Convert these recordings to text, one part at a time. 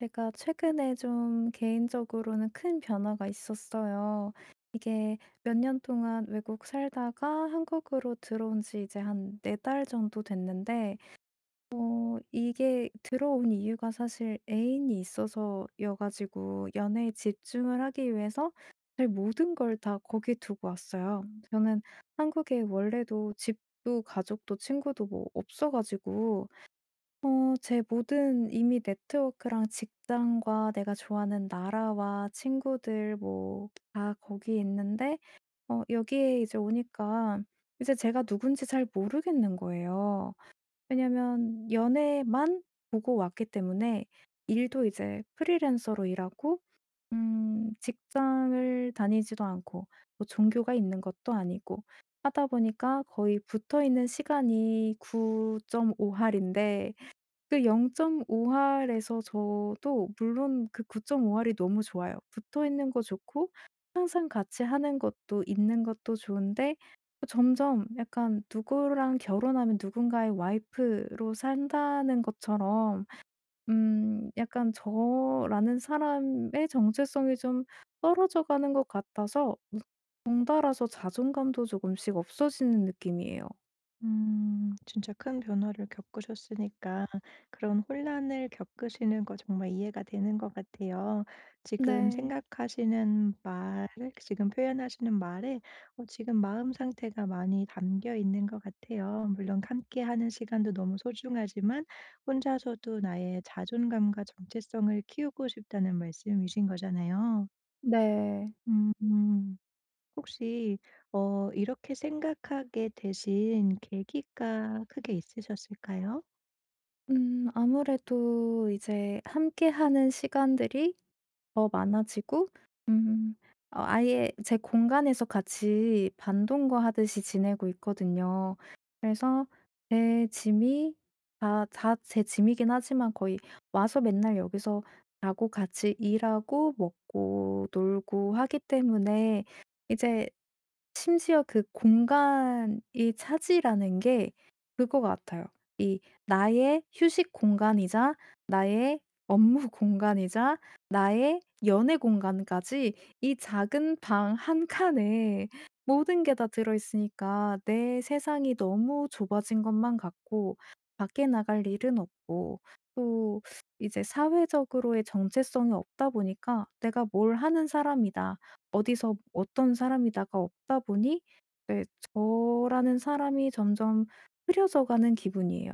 제가 최근에 좀 개인적으로는 큰 변화가 있었어요. 이게 몇 년 동안 외국 살다가 한국으로 들어온 지 이제 한 네 달 정도 됐는데, 이게 들어온 이유가 사실 애인이 있어서여 가지고 연애에 집중을 하기 위해서 제 모든 걸 다 거기 두고 왔어요. 저는 한국에 원래도 집도 가족도 친구도 뭐 없어 가지고, 제 모든 이미 네트워크랑 직장과 내가 좋아하는 나라와 친구들 뭐 다 거기에 있는데, 여기에 이제 오니까 이제 제가 누군지 잘 모르겠는 거예요. 왜냐면 연애만 보고 왔기 때문에 일도 이제 프리랜서로 일하고, 직장을 다니지도 않고 뭐 종교가 있는 것도 아니고 하다 보니까 거의 붙어 있는 시간이 9.5 할인데, 그 0.5할에서 저도 물론 그 9.5할이 너무 좋아요. 붙어 있는 거 좋고 항상 같이 하는 것도 있는 것도 좋은데, 점점 약간 누구랑 결혼하면 누군가의 와이프로 산다는 것처럼, 약간 저라는 사람의 정체성이 좀 떨어져 가는 것 같아서 덩달아서 자존감도 조금씩 없어지는 느낌이에요. 음. 진짜 큰 변화를 겪으셨으니까 그런 혼란을 겪으시는 거 정말 이해가 되는 것 같아요. 지금 네. 생각하시는 말, 지금 표현하시는 말에 지금 마음 상태가 많이 담겨 있는 것 같아요. 물론 함께하는 시간도 너무 소중하지만 혼자서도 나의 자존감과 정체성을 키우고 싶다는 말씀이신 거잖아요. 네. 음. 혹시 이렇게 생각하게 되신 계기가 크게 있으셨을까요? 아무래도 이제 함께하는 시간들이 더 많아지고, 음 아예 제 공간에서 같이 반동거하듯이 지내고 있거든요. 그래서 제 짐이 다 제 짐이긴 하지만, 거의 와서 맨날 여기서 자고 같이 일하고 먹고 놀고 하기 때문에 이제, 심지어 그 공간이 차지라는 게 그거 같아요. 이 나의 휴식 공간이자 나의 업무 공간이자 나의 연애 공간까지, 이 작은 방 한 칸에 모든 게 다 들어 있으니까 내 세상이 너무 좁아진 것만 같고 밖에 나갈 일은 없고, 또 이제 사회적으로의 정체성이 없다 보니까, '내가 뭘 하는 사람이다.' 어디서 어떤 사람이다가 없다 보니, 네, 저라는 사람이 점점 흐려져 가는 기분이에요.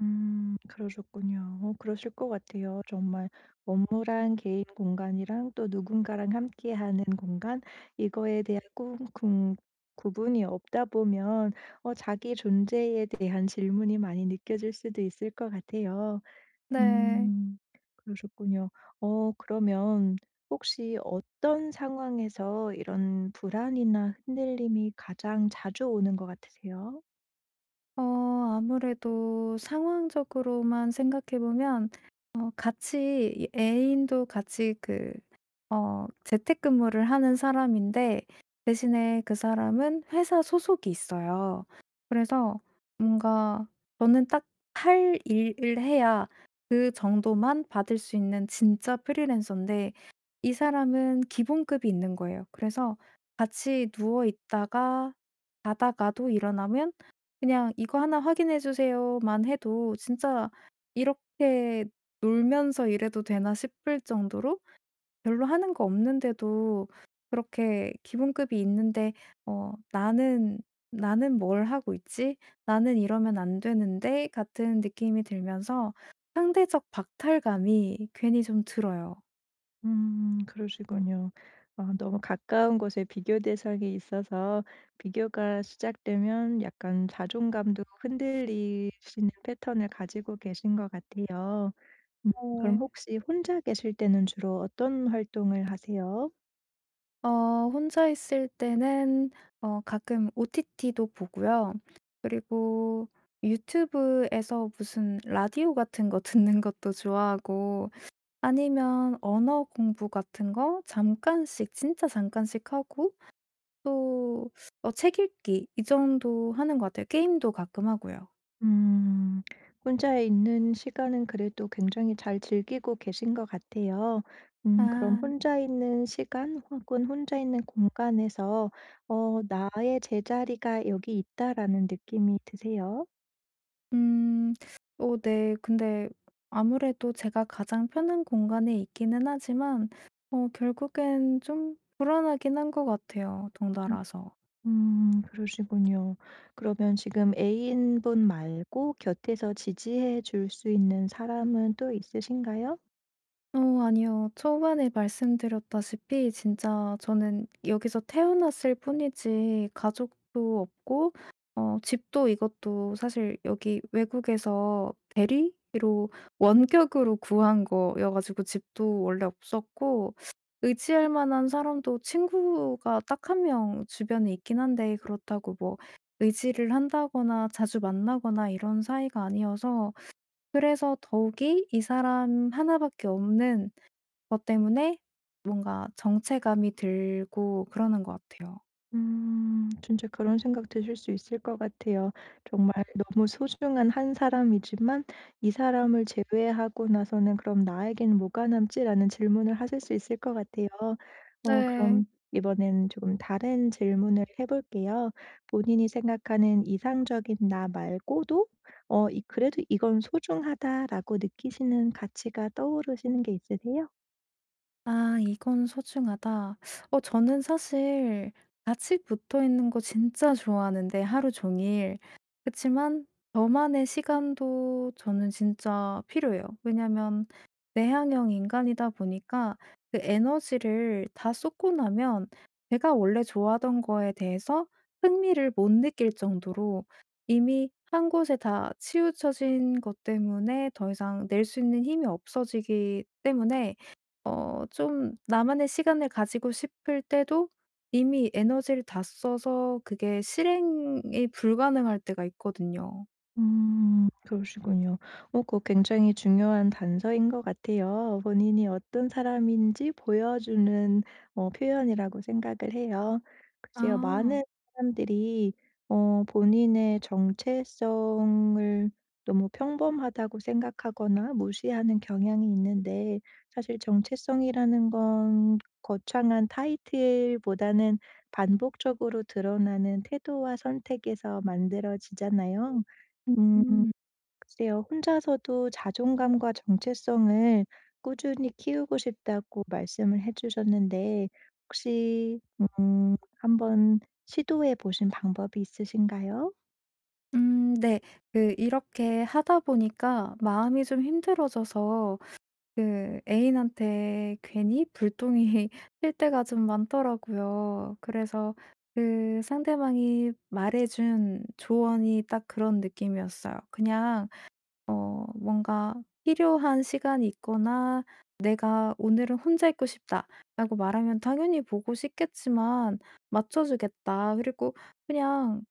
그러셨군요. 어 그러실 것 같아요. 정말 업무랑 개인 공간이랑 또 누군가랑 함께하는 공간 이거에 대한 구 구 구분이 없다 보면 자기 존재에 대한 질문이 많이 느껴질 수도 있을 것 같아요. 네. 음. 그러셨군요. 어 그러면 혹시 어떤 상황에서 이런 불안이나 흔들림이 가장 자주 오는 것 같으세요? 아무래도 상황적으로만 생각해 보면, 같이 이 애인도 같이 그 재택근무를 하는 사람인데 대신에 그 사람은 회사 소속이 있어요. 그래서 뭔가 저는 딱 할 일을 해야 그 정도만 받을 수 있는 진짜 프리랜서인데, 이 사람은 기본급이 있는 거예요. 그래서 같이 누워 있다가 자다가도 일어나면 그냥 "이거 하나 확인해 주세요."만 해도 진짜 '이렇게 놀면서 일해도 되나?' 싶을 정도로 별로 하는 거 없는데도 그렇게 기본급이 있는데, 어 '나는 나는 뭘 하고 있지? 나는 이러면 안 되는데.' 같은 느낌이 들면서 상대적 박탈감이 괜히 좀 들어요. 음. 그러시군요. 아 너무 가까운 곳에 비교 대상이 있어서 비교가 시작되면 약간 자존감도 흔들리시는 패턴을 가지고 계신 것 같아요. 음 그럼 어. 혹시 혼자 계실 때는 주로 어떤 활동을 하세요? 혼자 있을 때는 가끔 OTT도 보고요. 그리고 유튜브에서 무슨 라디오 같은 거 듣는 것도 좋아하고, 아니면 언어 공부 같은 거 잠깐씩 진짜 잠깐씩 하고, 또 책 읽기, 이 정도 하는 것 같아요. 게임도 가끔 하고요. 음. 혼자 있는 시간은 그래도 굉장히 잘 즐기고 계신 것 같아요. 그럼 아. 혼자 있는 시간 혹은 혼자 있는 공간에서 '나의 제자리가 여기 있다.'라는 느낌이 드세요? 음. 네. 근데 아무래도 제가 가장 편한 공간에 있기는 하지만, 결국엔 좀 불안하긴 한 것 같아요, 음 덩달아서. 그러시군요. 그러면 지금 애인분 말고 곁에서 지지해 줄 수 있는 사람은 또 있으신가요? 아니요. 초반에 말씀드렸다시피 진짜 저는 여기서 태어났을 뿐이지 가족도 없고, 집도, 이것도 사실 여기 외국에서 대리로 원격으로 구한 거여 가지고 집도 원래 없었고, 의지할 만한 사람도 친구가 딱 한 명 주변에 있긴 한데 그렇다고 뭐 의지를 한다거나 자주 만나거나 이런 사이가 아니어서, 그래서 더욱이 이 사람 나 밖에 없는 그것 때문에 뭔가 정체감이 들고 그러는 것 같아요. 음. 진짜 그런 생각 드실 수 있을 것 같아요. 정말 너무 소중한 한 사람이지만 '이 사람을 제외하고 나서는 그럼 나에겐 뭐가 남지?'라는 질문을 하실 수 있을 것 같아요. 어 네. 그럼 이번엔 조금 다른 질문을 해 볼게요. 본인이 생각하는 이상적인 나 말고도 이 '그래도 이건 소중하다.'라고 느끼시는 가치가 떠오르시는 게 있으세요? '아 이건 소중하다.' 저는 사실 같이 붙어 있는 거 진짜 좋아하는데, 하루 종일. 그치만 저만의 시간도 저는 진짜 필요해요. 왜냐면 내향형 인간이다 보니까 그 에너지를 다 쏟고 나면 제가 원래 좋아하던 거에 대해서 흥미를 못 느낄 정도로, 이미 한 곳에 다 치우쳐진 것 때문에 더 이상 낼 수 있는 힘이 없어지기 때문에, 좀 나만의 시간을 가지고 싶을 때도 이미 에너지를 다 써서 그게 실행이 불가능할 때가 있거든요. 그러시군요. 어 그거 굉장히 중요한 단서인 것 같아요. 본인이 어떤 사람인지 보여주는 표현이라고 생각을 해요. 글쎄요, 아. 많은 사람들이 본인의 정체성을 너무 평범하다고 생각하거나 무시하는 경향이 있는데 사실 정체성이라는 건 거창한 타이틀보다는 반복적으로 드러나는 태도와 선택에서 만들어지잖아요. 음 음음. 글쎄요. 혼자서도 자존감과 정체성을 꾸준히 키우고 싶다고 말씀을 해 주셨는데 혹시 한번 시도해 보신 방법이 있으신가요? 네. 그 이렇게 하다 보니까 마음이 좀 힘들어져서 그 애인한테 괜히 불똥이 튈 때가 좀 많더라고요. 그래서 그 상대방이 말해 준 조언이 딱 그런 느낌이었어요. 그냥 뭔가 필요한 시간이 있거나 '내가 오늘은 혼자 있고 싶다.'라고 말하면 당연히 보고 싶겠지만 맞춰 주겠다. 그리고 그냥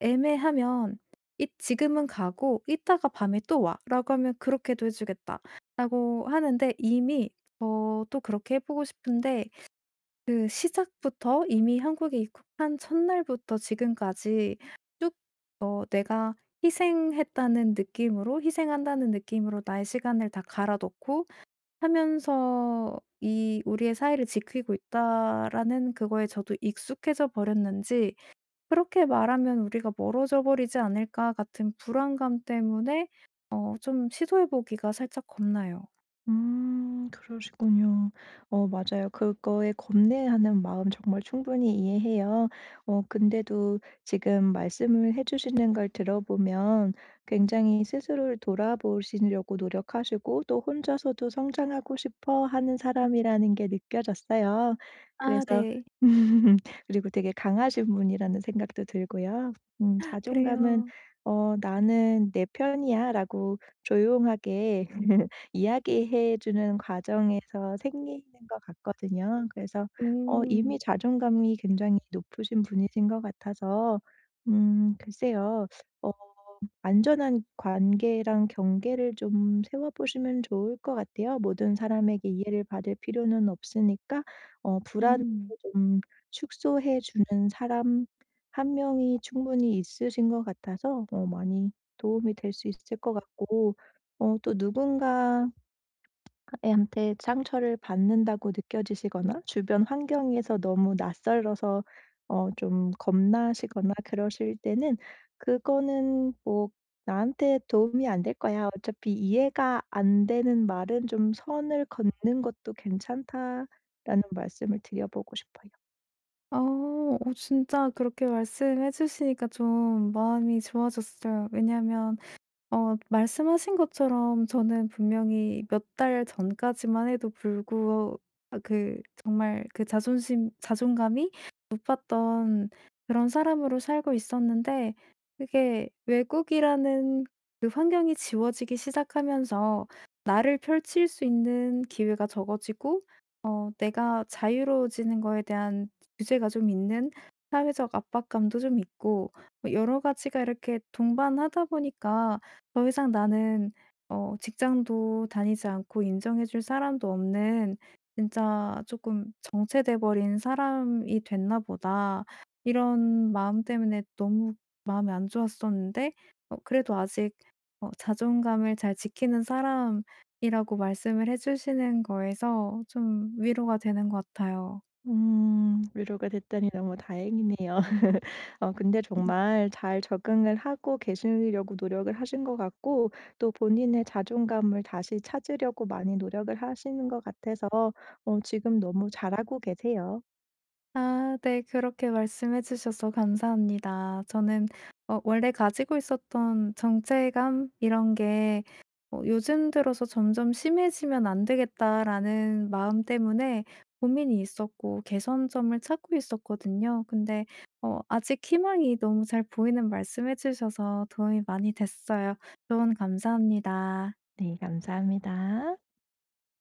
애매하면 "이 지금은 가고 이따가 밤에 또 와."라고 하면 "그렇게도 해 주겠다."라고 하는데, 이미 저도 그렇게 해 보고 싶은데, 그 시작부터 이미 한국에 입국한 첫날부터 지금까지 쭉 내가 희생했다는 느낌으로, 희생한다는 느낌으로 나의 시간을 다 갈아 넣고 하면서 이 '우리의 사이를 지키고 있다.'라는 그거에 저도 익숙해져 버렸는지, '그렇게 말하면 우리가 멀어져 버리지 않을까.' 같은 불안감 때문에 좀 시도해 보기가 살짝 겁나요. 그러시군요. 어 맞아요. 그거에 겁내하는 마음 정말 충분히 이해해요. 어 근데도 지금 말씀을 해 주시는 걸 들어보면 굉장히 스스로를 돌아보시려고 노력하시고 또 '혼자서도 성장하고 싶어 하는 사람이라는 게 느껴졌어요.' 아 그래서 네. 그리고 되게 강하신 분이라는 생각도 들고요. 자존감은 그래요. '나는 내 편이야.'라고 조용하게 이야기해 주는 과정에서 생기는 것 같거든요. 그래서 음. 이미 자존감이 굉장히 높으신 분이신 것 같아서 글쎄요. 어 안전한 관계랑 경계를 좀 세워 보시면 좋을 것 같아요. 모든 사람에게 이해를 받을 필요는 없으니까 불안을 음. 좀 축소해 주는 사람 한 명이 충분히 있으신 것 같아서 어 많이 도움이 될 수 있을 것 같고 또 누군가 애한테 상처를 받는다고 느껴지시거나 주변 환경에서 너무 낯설어서 좀 겁나시거나 그러실 때는 그거는 뭐 "나한테 도움이 안 될 거야. 어차피 이해가 안 되는 말은 좀 선을 걷는 것도 괜찮다."라는 말씀을 드려 보고 싶어요. 아. 진짜 그렇게 말씀해 주시니까 좀 마음이 좋아졌어요. 왜냐면 말씀하신 것처럼 저는 분명히 몇 달 전까지만 해도 불구 아 그 정말 그 자존심 자존감이 높았던 그런 사람으로 살고 있었는데, 그게 외국이라는 그 환경이 지워지기 시작하면서 나를 펼칠 수 있는 기회가 적어지고, 내가 자유로워지는 거에 대한 규제가 좀 있는, 사회적 압박감도 좀 있고, 뭐 여러 가지가 이렇게 동반하다 보니까 더 이상 나는 직장도 다니지 않고 인정해 줄 사람도 없는 진짜 조금 '정체돼 버린 사람이 됐나 보다.' 이런 마음 때문에 너무 마음이 안 좋았었는데, 그래도 아직 자존감을 잘 지키는 사람이라고 말씀을 해 주시는 거에서 좀 위로가 되는 것 같아요. 음. 위로가 됐다니 너무 다행이네요. 어 근데 정말 잘 적응을 하고 계시려고 노력을 하신 것 같고 또 본인의 자존감을 다시 찾으려고 많이 노력을 하시는 것 같아서 지금 너무 잘하고 계세요. 아 네. 그렇게 말씀해 주셔서 감사합니다. 저는 원래 가지고 있었던 정체감 이런 게 '요즘 들어서 점점 심해지면 안 되겠다.'라는 마음 때문에 고민이 있었고 개선점을 찾고 있었거든요. 근데 아직 희망이 너무 잘 보이는 말씀해 주셔서 도움이 많이 됐어요. 조언 감사합니다. 네. 감사합니다.